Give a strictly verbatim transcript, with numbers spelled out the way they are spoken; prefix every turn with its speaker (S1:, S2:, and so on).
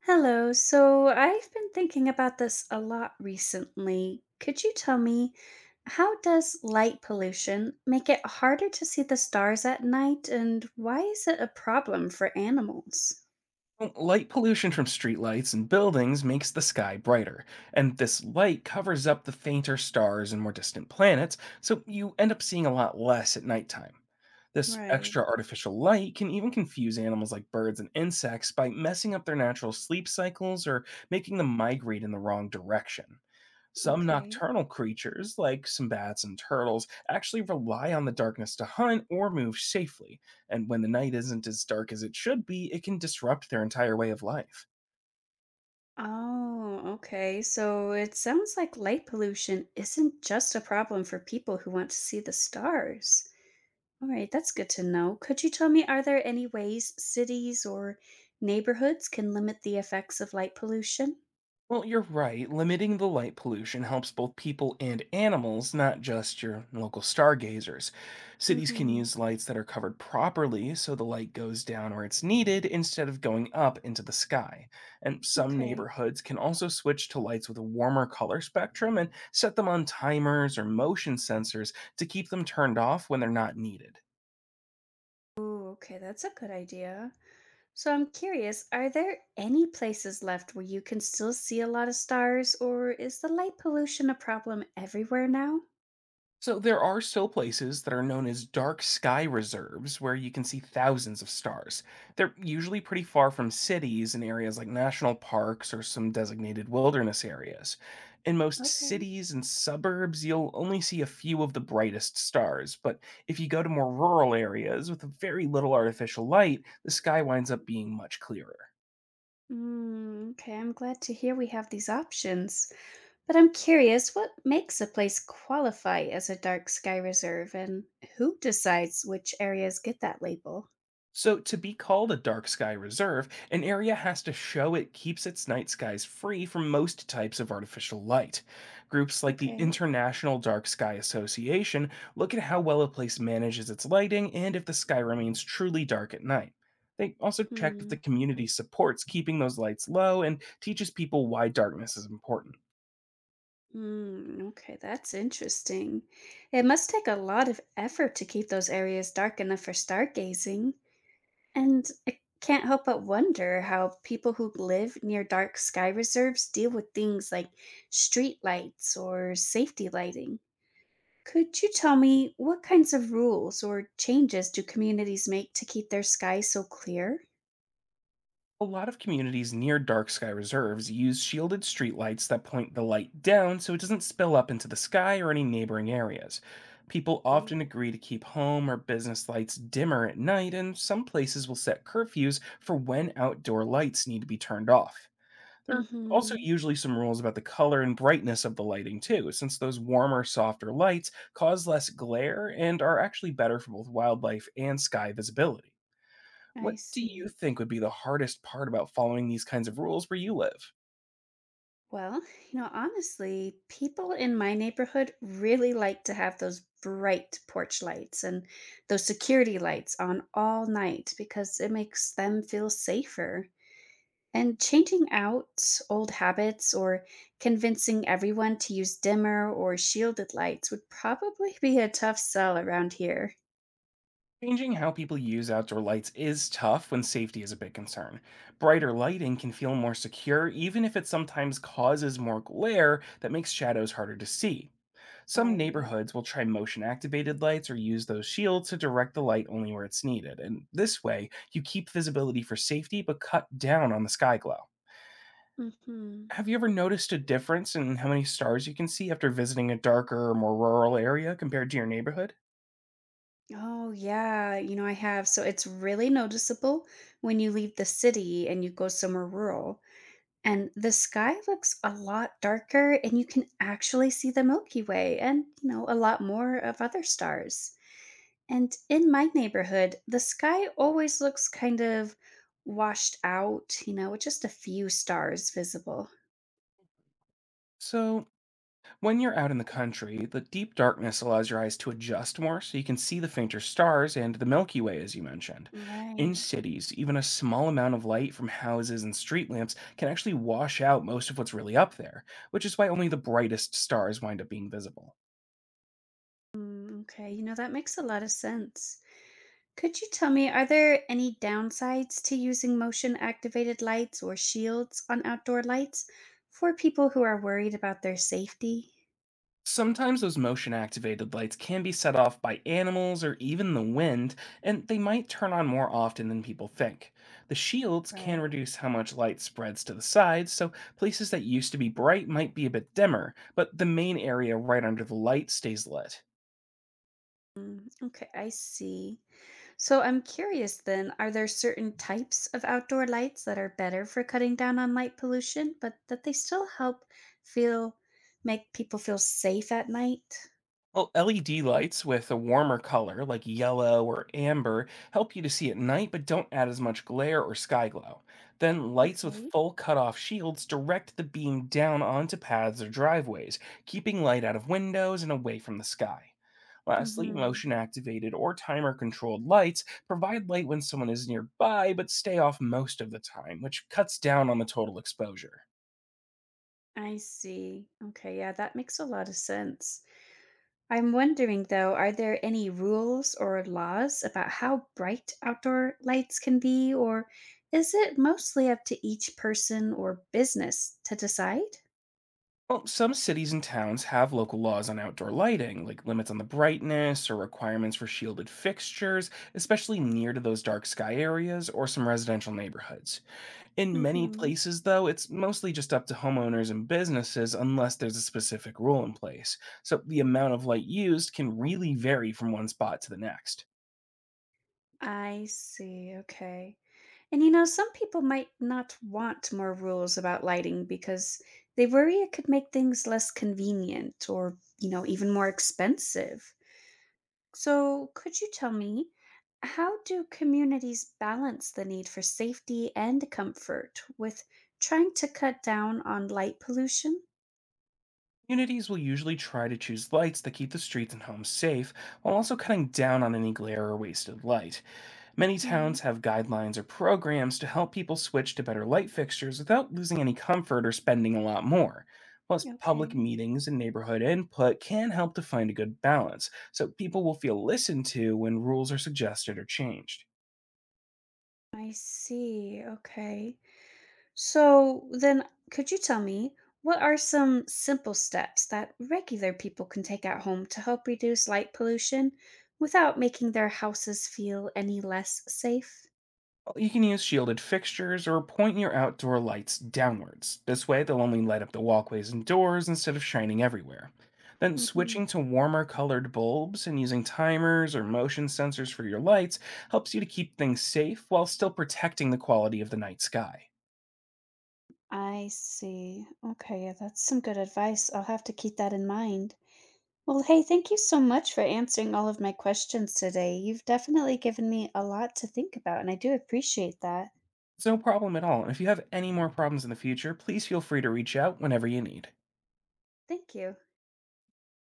S1: Hello. So I've been thinking about this a lot recently. Could you tell me, how does light pollution make it harder to see the stars at night and why is it a problem for animals?
S2: Well, light pollution from streetlights and buildings makes the sky brighter, and this light covers up the fainter stars and more distant planets, so you end up seeing a lot less at nighttime. This
S1: Right.
S2: extra artificial light can even confuse animals like birds and insects by messing up their natural sleep cycles or making them migrate in the wrong direction. Some
S1: Okay.
S2: nocturnal creatures, like some bats and turtles, actually rely on the darkness to hunt or move safely, and when the night isn't as dark as it should be, it can disrupt their entire way of life.
S1: Oh, okay. So it sounds like light pollution isn't just a problem for people who want to see the stars. All right, that's good to know. Could you tell me, are there any ways cities or neighborhoods can limit the effects of light pollution?
S2: Well, you're right. Limiting the light pollution helps both people and animals, not just your local stargazers. Cities can
S1: Mm-hmm.
S2: use lights that are covered properly so the light goes down where it's needed instead of going up into the sky. And some
S1: Okay.
S2: neighborhoods can also switch to lights with a warmer color spectrum and set them on timers or motion sensors to keep them turned off when they're not needed.
S1: Ooh, okay, that's a good idea. So I'm curious, are there any places left where you can still see a lot of stars, or is the light pollution a problem everywhere now?
S2: So there are still places that are known as dark sky reserves where you can see thousands of stars. They're usually pretty far from cities in areas like national parks or some designated wilderness areas. In most
S1: Okay.
S2: cities and suburbs, you'll only see a few of the brightest stars, but if you go to more rural areas with very little artificial light, the sky winds up being much clearer.
S1: Mm, okay, I'm glad to hear we have these options. But I'm curious, what makes a place qualify as a dark sky reserve and who decides which areas get that label?
S2: So, to be called a dark sky reserve, an area has to show it keeps its night skies free from most types of artificial light. Groups like the
S1: Okay.
S2: International Dark Sky Association look at how well a place manages its lighting and if the sky remains truly dark at night. They also check if the
S1: Hmm.
S2: community supports keeping those lights low and teaches people why darkness is important.
S1: Hmm. Okay, that's interesting. It must take a lot of effort to keep those areas dark enough for stargazing. And I can't help but wonder how people who live near dark sky reserves deal with things like street lights or safety lighting. Could you tell me, what kinds of rules or changes do communities make to keep their sky so clear?
S2: A lot of communities near dark sky reserves use shielded streetlights that point the light down so it doesn't spill up into the sky or any neighboring areas. People
S1: Right.
S2: often agree to keep home or business lights dimmer at night, and some places will set curfews for when outdoor lights need to be turned off. There are also
S1: Mhm.
S2: usually some rules about the color and brightness of the lighting, too, since those warmer, softer lights cause less glare and are actually better for both wildlife and sky visibility.
S1: I
S2: What do you
S1: see.
S2: think would be the hardest part about following these kinds of rules where you live?
S1: Well, you know, honestly, people in my neighborhood really like to have those bright porch lights and those security lights on all night because it makes them feel safer. And changing out old habits or convincing everyone to use dimmer or shielded lights would probably be a tough sell around here.
S2: Changing how people use outdoor lights is tough when safety is a big concern. Brighter lighting can feel more secure, even if it sometimes causes more glare that makes shadows harder to see. Some
S1: Right.
S2: neighborhoods will try motion activated lights or use those shields to direct the light only where it's needed, and this way, you keep visibility for safety but cut down on the sky glow.
S1: Mhm.
S2: Have you ever noticed a difference in how many stars you can see after visiting a darker or more rural area compared to your neighborhood?
S1: Oh, yeah, you know, I have. So it's really noticeable when you leave the city and you go somewhere rural, and the sky looks a lot darker, and you can actually see the Milky Way and, you know, a lot more of other stars. And in my neighborhood, the sky always looks kind of washed out, you know, with just a few stars visible.
S2: So, when you're out in the country, the deep darkness allows your eyes to adjust more so you can see the fainter stars and the Milky Way, as you mentioned. In
S1: Right.
S2: cities, even a small amount of light from houses and street lamps can actually wash out most of what's really up there, which is why only the brightest stars wind up being visible.
S1: Mm, okay, you know, that makes a lot of sense. Could you tell me, are there any downsides to using motion activated lights or shields on outdoor lights for people who are worried about their safety?
S2: Sometimes those motion activated lights can be set off by animals or even the wind, and they might turn on more often than people think. The shields can
S1: Right.
S2: reduce how much light spreads to the sides, so places that used to be bright might be a bit dimmer, but the main area right under the light stays lit.
S1: Mm, okay, I see. So I'm curious then, are there certain types of outdoor lights that are better for cutting down on light pollution, but that they still help feel make people feel safe at night?
S2: Well, L E D lights with a warmer color, like yellow or amber, help you to see at night but don't add as much glare or sky glow. Then, lights with
S1: Okay.
S2: full cutoff shields direct the beam down onto paths or driveways, keeping light out of windows and away from the sky. Lastly,
S1: Mm-hmm.
S2: motion activated or timer controlled lights provide light when someone is nearby but stay off most of the time, which cuts down on the total exposure.
S1: I see. Okay, yeah, that makes a lot of sense. I'm wondering though, are there any rules or laws about how bright outdoor lights can be, or is it mostly up to each person or business to decide?
S2: Well, some cities and towns have local laws on outdoor lighting, like limits on the brightness or requirements for shielded fixtures, especially near to those dark sky areas or some residential neighborhoods. In many
S1: Hmm.
S2: places, though, it's mostly just up to homeowners and businesses unless there's a specific rule in place. So the amount of light used can really vary from one spot to the next.
S1: I see. Okay. And you know, some people might not want more rules about lighting because they worry it could make things less convenient or, you know, even more expensive. So, could you tell me, how do communities balance the need for safety and comfort with trying to cut down on light pollution?
S2: Communities will usually try to choose lights that keep the streets and homes safe while also cutting down on any glare or wasted light. Many
S1: Mm,
S2: towns have guidelines or programs to help people switch to better light fixtures without losing any comfort or spending a lot more. Plus, public
S1: okay.
S2: meetings and neighborhood input can help to find a good balance, so people will feel listened to when rules are suggested or changed.
S1: I see. Okay. So then, could you tell me, what are some simple steps that regular people can take at home to help reduce light pollution without making their houses feel any less safe?
S2: You can use shielded fixtures or point your outdoor lights downwards. This way, they'll only light up the walkways and doors instead of shining everywhere. Then,
S1: Hmm.
S2: switching to warmer colored bulbs and using timers or motion sensors for your lights helps you to keep things safe while still protecting the quality of the night sky.
S1: I see. Okay, yeah, that's some good advice. I'll have to keep that in mind. Well, hey, thank you so much for answering all of my questions today. You've definitely given me a lot to think about, and I do appreciate that.
S2: It's no problem at all, and if you have any more problems in the future, please feel free to reach out whenever you need.
S1: Thank you.